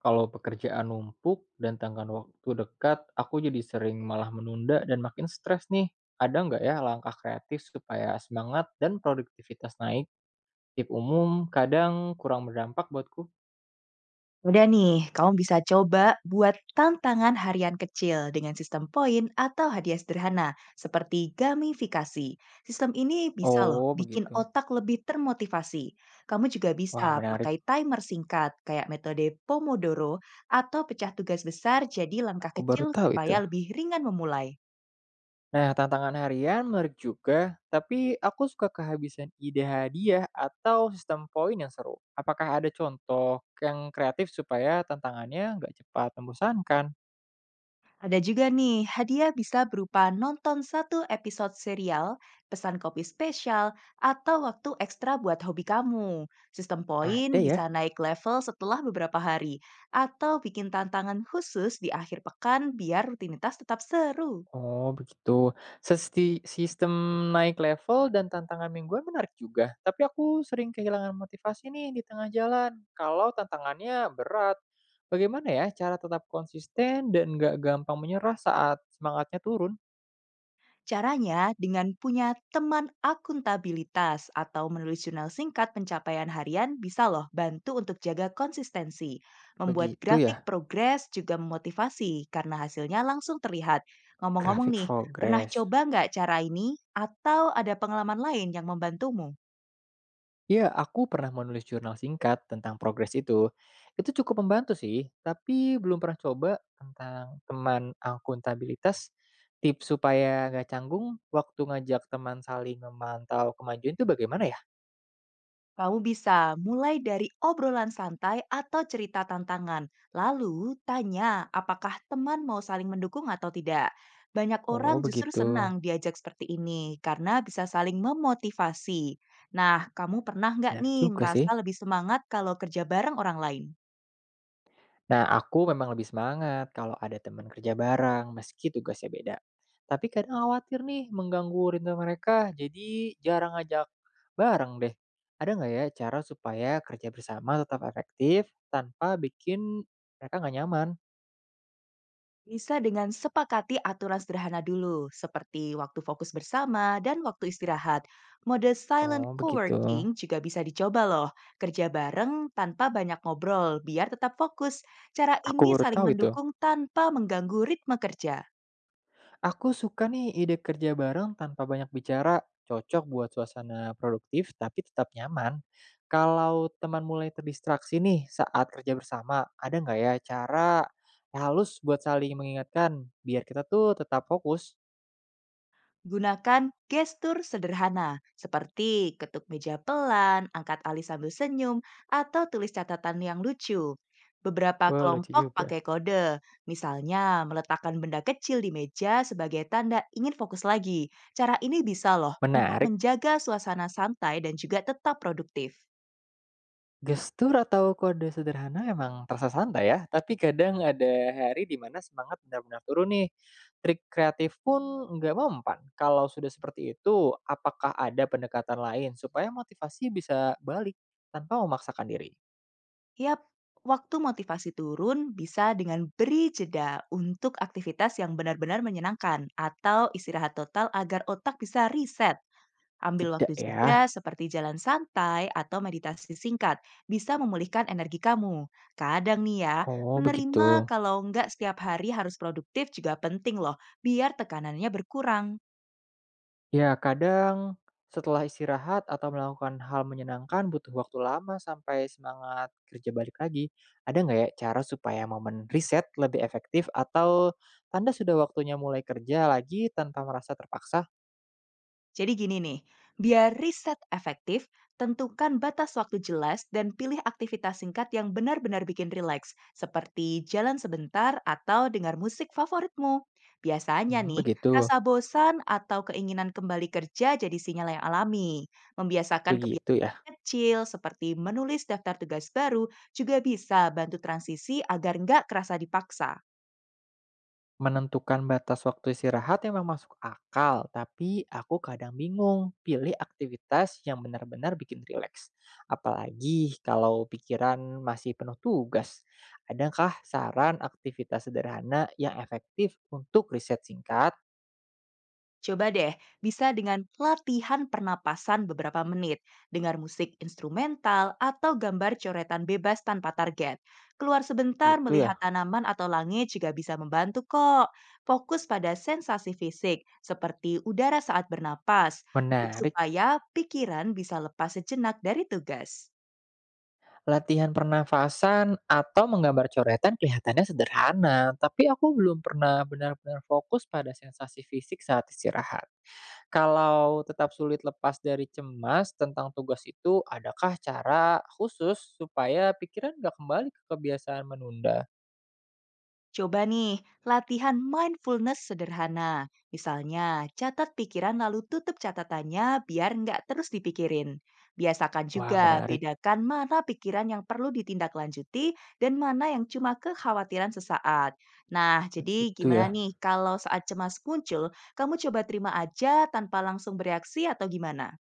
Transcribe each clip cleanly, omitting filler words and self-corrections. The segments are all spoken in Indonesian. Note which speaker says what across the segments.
Speaker 1: Kalau pekerjaan numpuk dan tenggang waktu dekat, aku jadi sering malah menunda dan makin stres nih. Ada nggak ya langkah kreatif supaya semangat dan produktivitas naik? Tip umum kadang kurang berdampak buatku.
Speaker 2: Udah nih, kamu bisa coba buat tantangan harian kecil dengan sistem poin atau hadiah sederhana seperti gamifikasi. Sistem ini bisa loh
Speaker 1: Oh,
Speaker 2: bikin
Speaker 1: begitu.
Speaker 2: otak lebih termotivasi. Kamu juga bisa
Speaker 1: Wah, menarik.
Speaker 2: pakai timer singkat kayak metode Pomodoro atau pecah tugas besar jadi langkah
Speaker 1: Aku baru
Speaker 2: kecil
Speaker 1: tahu itu.
Speaker 2: supaya lebih ringan memulai.
Speaker 1: Nah, tantangan harian menarik juga, tapi aku suka kehabisan ide hadiah atau sistem poin yang seru. Apakah ada contoh yang kreatif supaya tantangannya nggak cepat membosankan?
Speaker 2: Ada juga nih, hadiah bisa berupa nonton satu episode serial, pesan kopi spesial, atau waktu ekstra buat hobi kamu. Sistem poin
Speaker 1: Ada
Speaker 2: bisa
Speaker 1: ya.
Speaker 2: naik level setelah beberapa hari, atau bikin tantangan khusus di akhir pekan biar rutinitas tetap seru.
Speaker 1: Oh, begitu. Sistem naik level dan tantangan mingguan menarik juga, tapi aku sering kehilangan motivasi nih di tengah jalan kalau tantangannya berat. Bagaimana ya cara tetap konsisten dan nggak gampang menyerah saat semangatnya turun?
Speaker 2: Caranya dengan punya teman akuntabilitas atau menulis jurnal singkat pencapaian harian bisa loh bantu untuk jaga konsistensi. Membuat
Speaker 1: Begitu ya,
Speaker 2: grafik progres juga memotivasi karena hasilnya langsung terlihat. Ngomong-ngomong
Speaker 1: grafik
Speaker 2: nih, pernah
Speaker 1: progress.
Speaker 2: coba nggak cara ini atau ada pengalaman lain yang membantumu?
Speaker 1: Iya, aku pernah menulis jurnal singkat tentang progres itu. Itu cukup membantu sih, tapi belum pernah coba tentang teman akuntabilitas. Tips supaya nggak canggung waktu ngajak teman saling memantau kemajuan itu bagaimana ya?
Speaker 2: Kamu bisa mulai dari obrolan santai atau cerita tantangan, lalu tanya apakah teman mau saling mendukung atau tidak. Banyak orang
Speaker 1: Oh,
Speaker 2: justru
Speaker 1: begitu.
Speaker 2: senang diajak seperti ini karena bisa saling memotivasi. Nah, kamu pernah nggak
Speaker 1: Benar
Speaker 2: nih
Speaker 1: juga sih.
Speaker 2: merasa lebih semangat kalau kerja bareng orang lain?
Speaker 1: Nah, aku memang lebih semangat kalau ada teman kerja bareng, meski tugasnya beda. Tapi kadang khawatir nih mengganggu rindu mereka, jadi jarang ngajak bareng deh. Ada nggak ya cara supaya kerja bersama tetap efektif tanpa bikin mereka nggak nyaman?
Speaker 2: Bisa dengan sepakati aturan sederhana dulu, seperti waktu fokus bersama dan waktu istirahat. Mode silent
Speaker 1: Oh, begitu.
Speaker 2: coworking juga bisa dicoba loh, kerja bareng tanpa banyak ngobrol biar tetap fokus. Cara
Speaker 1: Aku
Speaker 2: ini
Speaker 1: baru
Speaker 2: saling
Speaker 1: tahu itu.
Speaker 2: mendukung tanpa mengganggu ritme kerja.
Speaker 1: Aku suka nih ide kerja bareng tanpa banyak bicara, cocok buat suasana produktif tapi tetap nyaman. Kalau teman mulai terdistraksi nih saat kerja bersama, ada nggak ya cara halus buat saling mengingatkan biar kita tuh tetap fokus?
Speaker 2: Gunakan gestur sederhana seperti ketuk meja pelan, angkat alis sambil senyum, atau tulis catatan yang lucu. Beberapa
Speaker 1: Wah, lucu
Speaker 2: kelompok
Speaker 1: juga.
Speaker 2: pakai kode, misalnya meletakkan benda kecil di meja sebagai tanda ingin fokus lagi. Cara ini bisa loh untuk
Speaker 1: Menarik.
Speaker 2: menjaga suasana santai dan juga tetap produktif.
Speaker 1: Gestur atau kode sederhana emang terasa santai ya, tapi kadang ada hari di mana semangat benar-benar turun nih. Trik kreatif pun nggak mempan. Kalau sudah seperti itu, apakah ada pendekatan lain supaya motivasi bisa balik tanpa memaksakan diri?
Speaker 2: Yap, waktu motivasi turun bisa dengan beri jeda untuk aktivitas yang benar-benar menyenangkan atau istirahat total agar otak bisa reset. Ambil
Speaker 1: Jeda
Speaker 2: waktu jeda
Speaker 1: ya.
Speaker 2: seperti jalan santai atau meditasi singkat bisa memulihkan energi kamu. Kadang nih ya,
Speaker 1: Oh, begitu.
Speaker 2: menerima kalau nggak setiap hari harus produktif juga penting loh, biar tekanannya berkurang.
Speaker 1: Ya, kadang setelah istirahat atau melakukan hal menyenangkan butuh waktu lama sampai semangat kerja balik lagi. Ada nggak ya cara supaya momen reset lebih efektif atau tanda sudah waktunya mulai kerja lagi tanpa merasa terpaksa?
Speaker 2: Jadi gini nih, biar riset efektif, tentukan batas waktu jelas dan pilih aktivitas singkat yang benar-benar bikin rileks, seperti jalan sebentar atau dengar musik favoritmu. Biasanya
Speaker 1: Hmm,
Speaker 2: nih,
Speaker 1: begitu.
Speaker 2: rasa bosan atau keinginan kembali kerja jadi sinyal yang alami. Membiasakan kebiasaan
Speaker 1: Begitu ya.
Speaker 2: kecil seperti menulis daftar tugas baru juga bisa bantu transisi agar nggak kerasa dipaksa.
Speaker 1: Menentukan batas waktu istirahat memang masuk akal, tapi aku kadang bingung pilih aktivitas yang benar-benar bikin rileks. Apalagi kalau pikiran masih penuh tugas. Adakah saran aktivitas sederhana yang efektif untuk riset singkat?
Speaker 2: Coba deh, bisa dengan latihan pernapasan beberapa menit, dengar musik instrumental atau gambar coretan bebas tanpa target. Keluar sebentar
Speaker 1: Gitu ya.
Speaker 2: melihat tanaman atau langit juga bisa membantu kok. Fokus pada sensasi fisik, seperti udara saat bernapas,
Speaker 1: Menarik.
Speaker 2: supaya pikiran bisa lepas sejenak dari tugas.
Speaker 1: Latihan pernafasan atau menggambar coretan kelihatannya sederhana, tapi aku belum pernah benar-benar fokus pada sensasi fisik saat istirahat. Kalau tetap sulit lepas dari cemas tentang tugas itu, adakah cara khusus supaya pikiran nggak kembali ke kebiasaan menunda?
Speaker 2: Coba nih, latihan mindfulness sederhana. Misalnya, catat pikiran lalu tutup catatannya biar nggak terus dipikirin. Biasakan
Speaker 1: Wah,
Speaker 2: juga
Speaker 1: menarik.
Speaker 2: bedakan mana pikiran yang perlu ditindaklanjuti dan mana yang cuma kekhawatiran sesaat. Nah, jadi
Speaker 1: Begitu
Speaker 2: gimana
Speaker 1: ya.
Speaker 2: nih kalau saat cemas muncul, kamu coba terima aja tanpa langsung bereaksi atau gimana?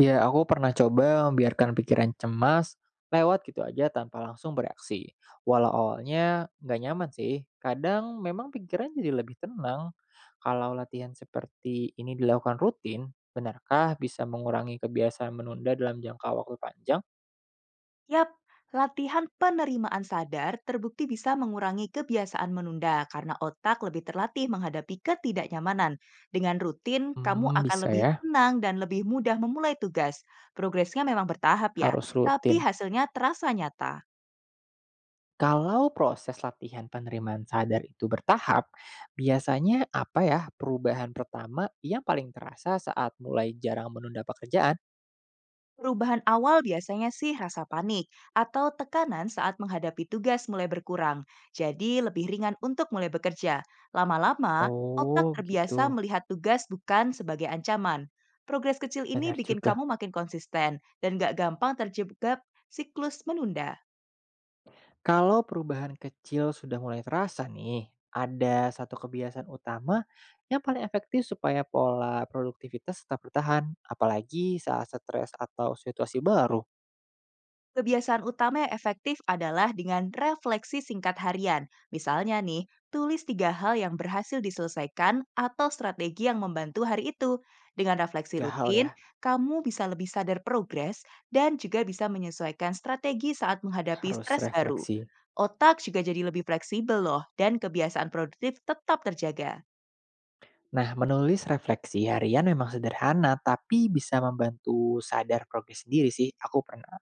Speaker 1: Ya, aku pernah coba membiarkan pikiran cemas lewat gitu aja tanpa langsung bereaksi. Walau awalnya nggak nyaman sih, kadang memang pikiran jadi lebih tenang. Kalau latihan seperti ini dilakukan rutin, benarkah bisa mengurangi kebiasaan menunda dalam jangka waktu panjang?
Speaker 2: Yap, latihan penerimaan sadar terbukti bisa mengurangi kebiasaan menunda karena otak lebih terlatih menghadapi ketidaknyamanan. Dengan rutin, kamu
Speaker 1: Hmm,
Speaker 2: akan
Speaker 1: bisa
Speaker 2: lebih
Speaker 1: ya.
Speaker 2: tenang dan lebih mudah memulai tugas. Progresnya memang bertahap ya,
Speaker 1: Harus
Speaker 2: tapi
Speaker 1: rutin.
Speaker 2: hasilnya terasa nyata.
Speaker 1: Kalau proses latihan penerimaan sadar itu bertahap, biasanya apa ya perubahan pertama yang paling terasa saat mulai jarang menunda pekerjaan?
Speaker 2: Perubahan awal biasanya sih rasa panik atau tekanan saat menghadapi tugas mulai berkurang, jadi lebih ringan untuk mulai bekerja. Lama-lama, otak
Speaker 1: Oh,
Speaker 2: terbiasa
Speaker 1: begitu.
Speaker 2: melihat tugas bukan sebagai ancaman. Progres kecil ini
Speaker 1: Benar
Speaker 2: bikin kamu
Speaker 1: juga.
Speaker 2: makin konsisten dan gak gampang terjebak siklus menunda.
Speaker 1: Kalau perubahan kecil sudah mulai terasa nih, ada satu kebiasaan utama yang paling efektif supaya pola produktivitas tetap bertahan, apalagi saat stres atau situasi baru.
Speaker 2: Kebiasaan utama yang efektif adalah dengan refleksi singkat harian. Misalnya nih, tulis 3 hal yang berhasil diselesaikan atau strategi yang membantu hari itu. Dengan refleksi
Speaker 1: Gak hal
Speaker 2: rutin,
Speaker 1: ya,
Speaker 2: kamu bisa lebih sadar progres dan juga bisa menyesuaikan strategi saat menghadapi
Speaker 1: harus
Speaker 2: stres baru.
Speaker 1: refleksi.
Speaker 2: Otak juga jadi lebih fleksibel loh dan kebiasaan produktif tetap terjaga.
Speaker 1: Nah, menulis refleksi harian memang sederhana, tapi bisa membantu sadar progres sendiri sih. Aku pernah.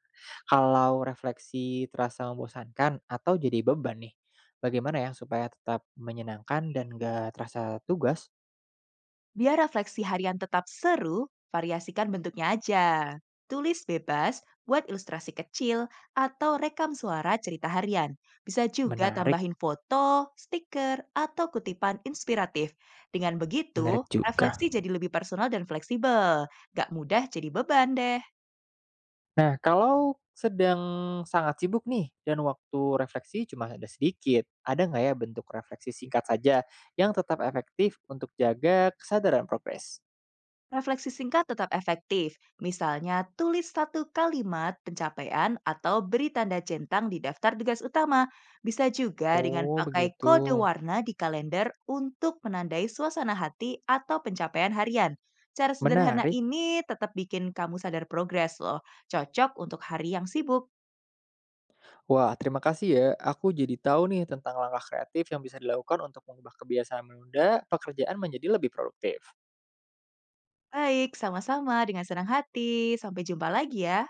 Speaker 1: Kalau refleksi terasa membosankan atau jadi beban nih, bagaimana ya supaya tetap menyenangkan dan gak terasa tugas?
Speaker 2: Biar refleksi harian tetap seru, variasikan bentuknya aja. Tulis bebas, buat ilustrasi kecil, atau rekam suara cerita harian. Bisa juga
Speaker 1: Menarik,
Speaker 2: tambahin foto, stiker, atau kutipan inspiratif. Dengan
Speaker 1: menarik
Speaker 2: begitu,
Speaker 1: juga.
Speaker 2: refleksi jadi lebih personal dan fleksibel. Gak mudah jadi beban deh.
Speaker 1: Nah, kalau sedang sangat sibuk nih dan waktu refleksi cuma ada sedikit, ada nggak ya bentuk refleksi singkat saja yang tetap efektif untuk jaga kesadaran progres?
Speaker 2: Refleksi singkat tetap efektif, misalnya tulis satu kalimat pencapaian atau beri tanda centang di daftar tugas utama. Bisa juga dengan
Speaker 1: Oh,
Speaker 2: pakai
Speaker 1: begitu.
Speaker 2: kode warna di kalender untuk menandai suasana hati atau pencapaian harian. Cara sederhana
Speaker 1: Menarik.
Speaker 2: ini tetap bikin kamu sadar progres loh. Cocok untuk hari yang sibuk.
Speaker 1: Wah, terima kasih ya. Aku jadi tahu nih tentang langkah kreatif yang bisa dilakukan untuk mengubah kebiasaan menunda pekerjaan menjadi lebih produktif.
Speaker 2: Baik, sama-sama dengan senang hati. Sampai jumpa lagi ya.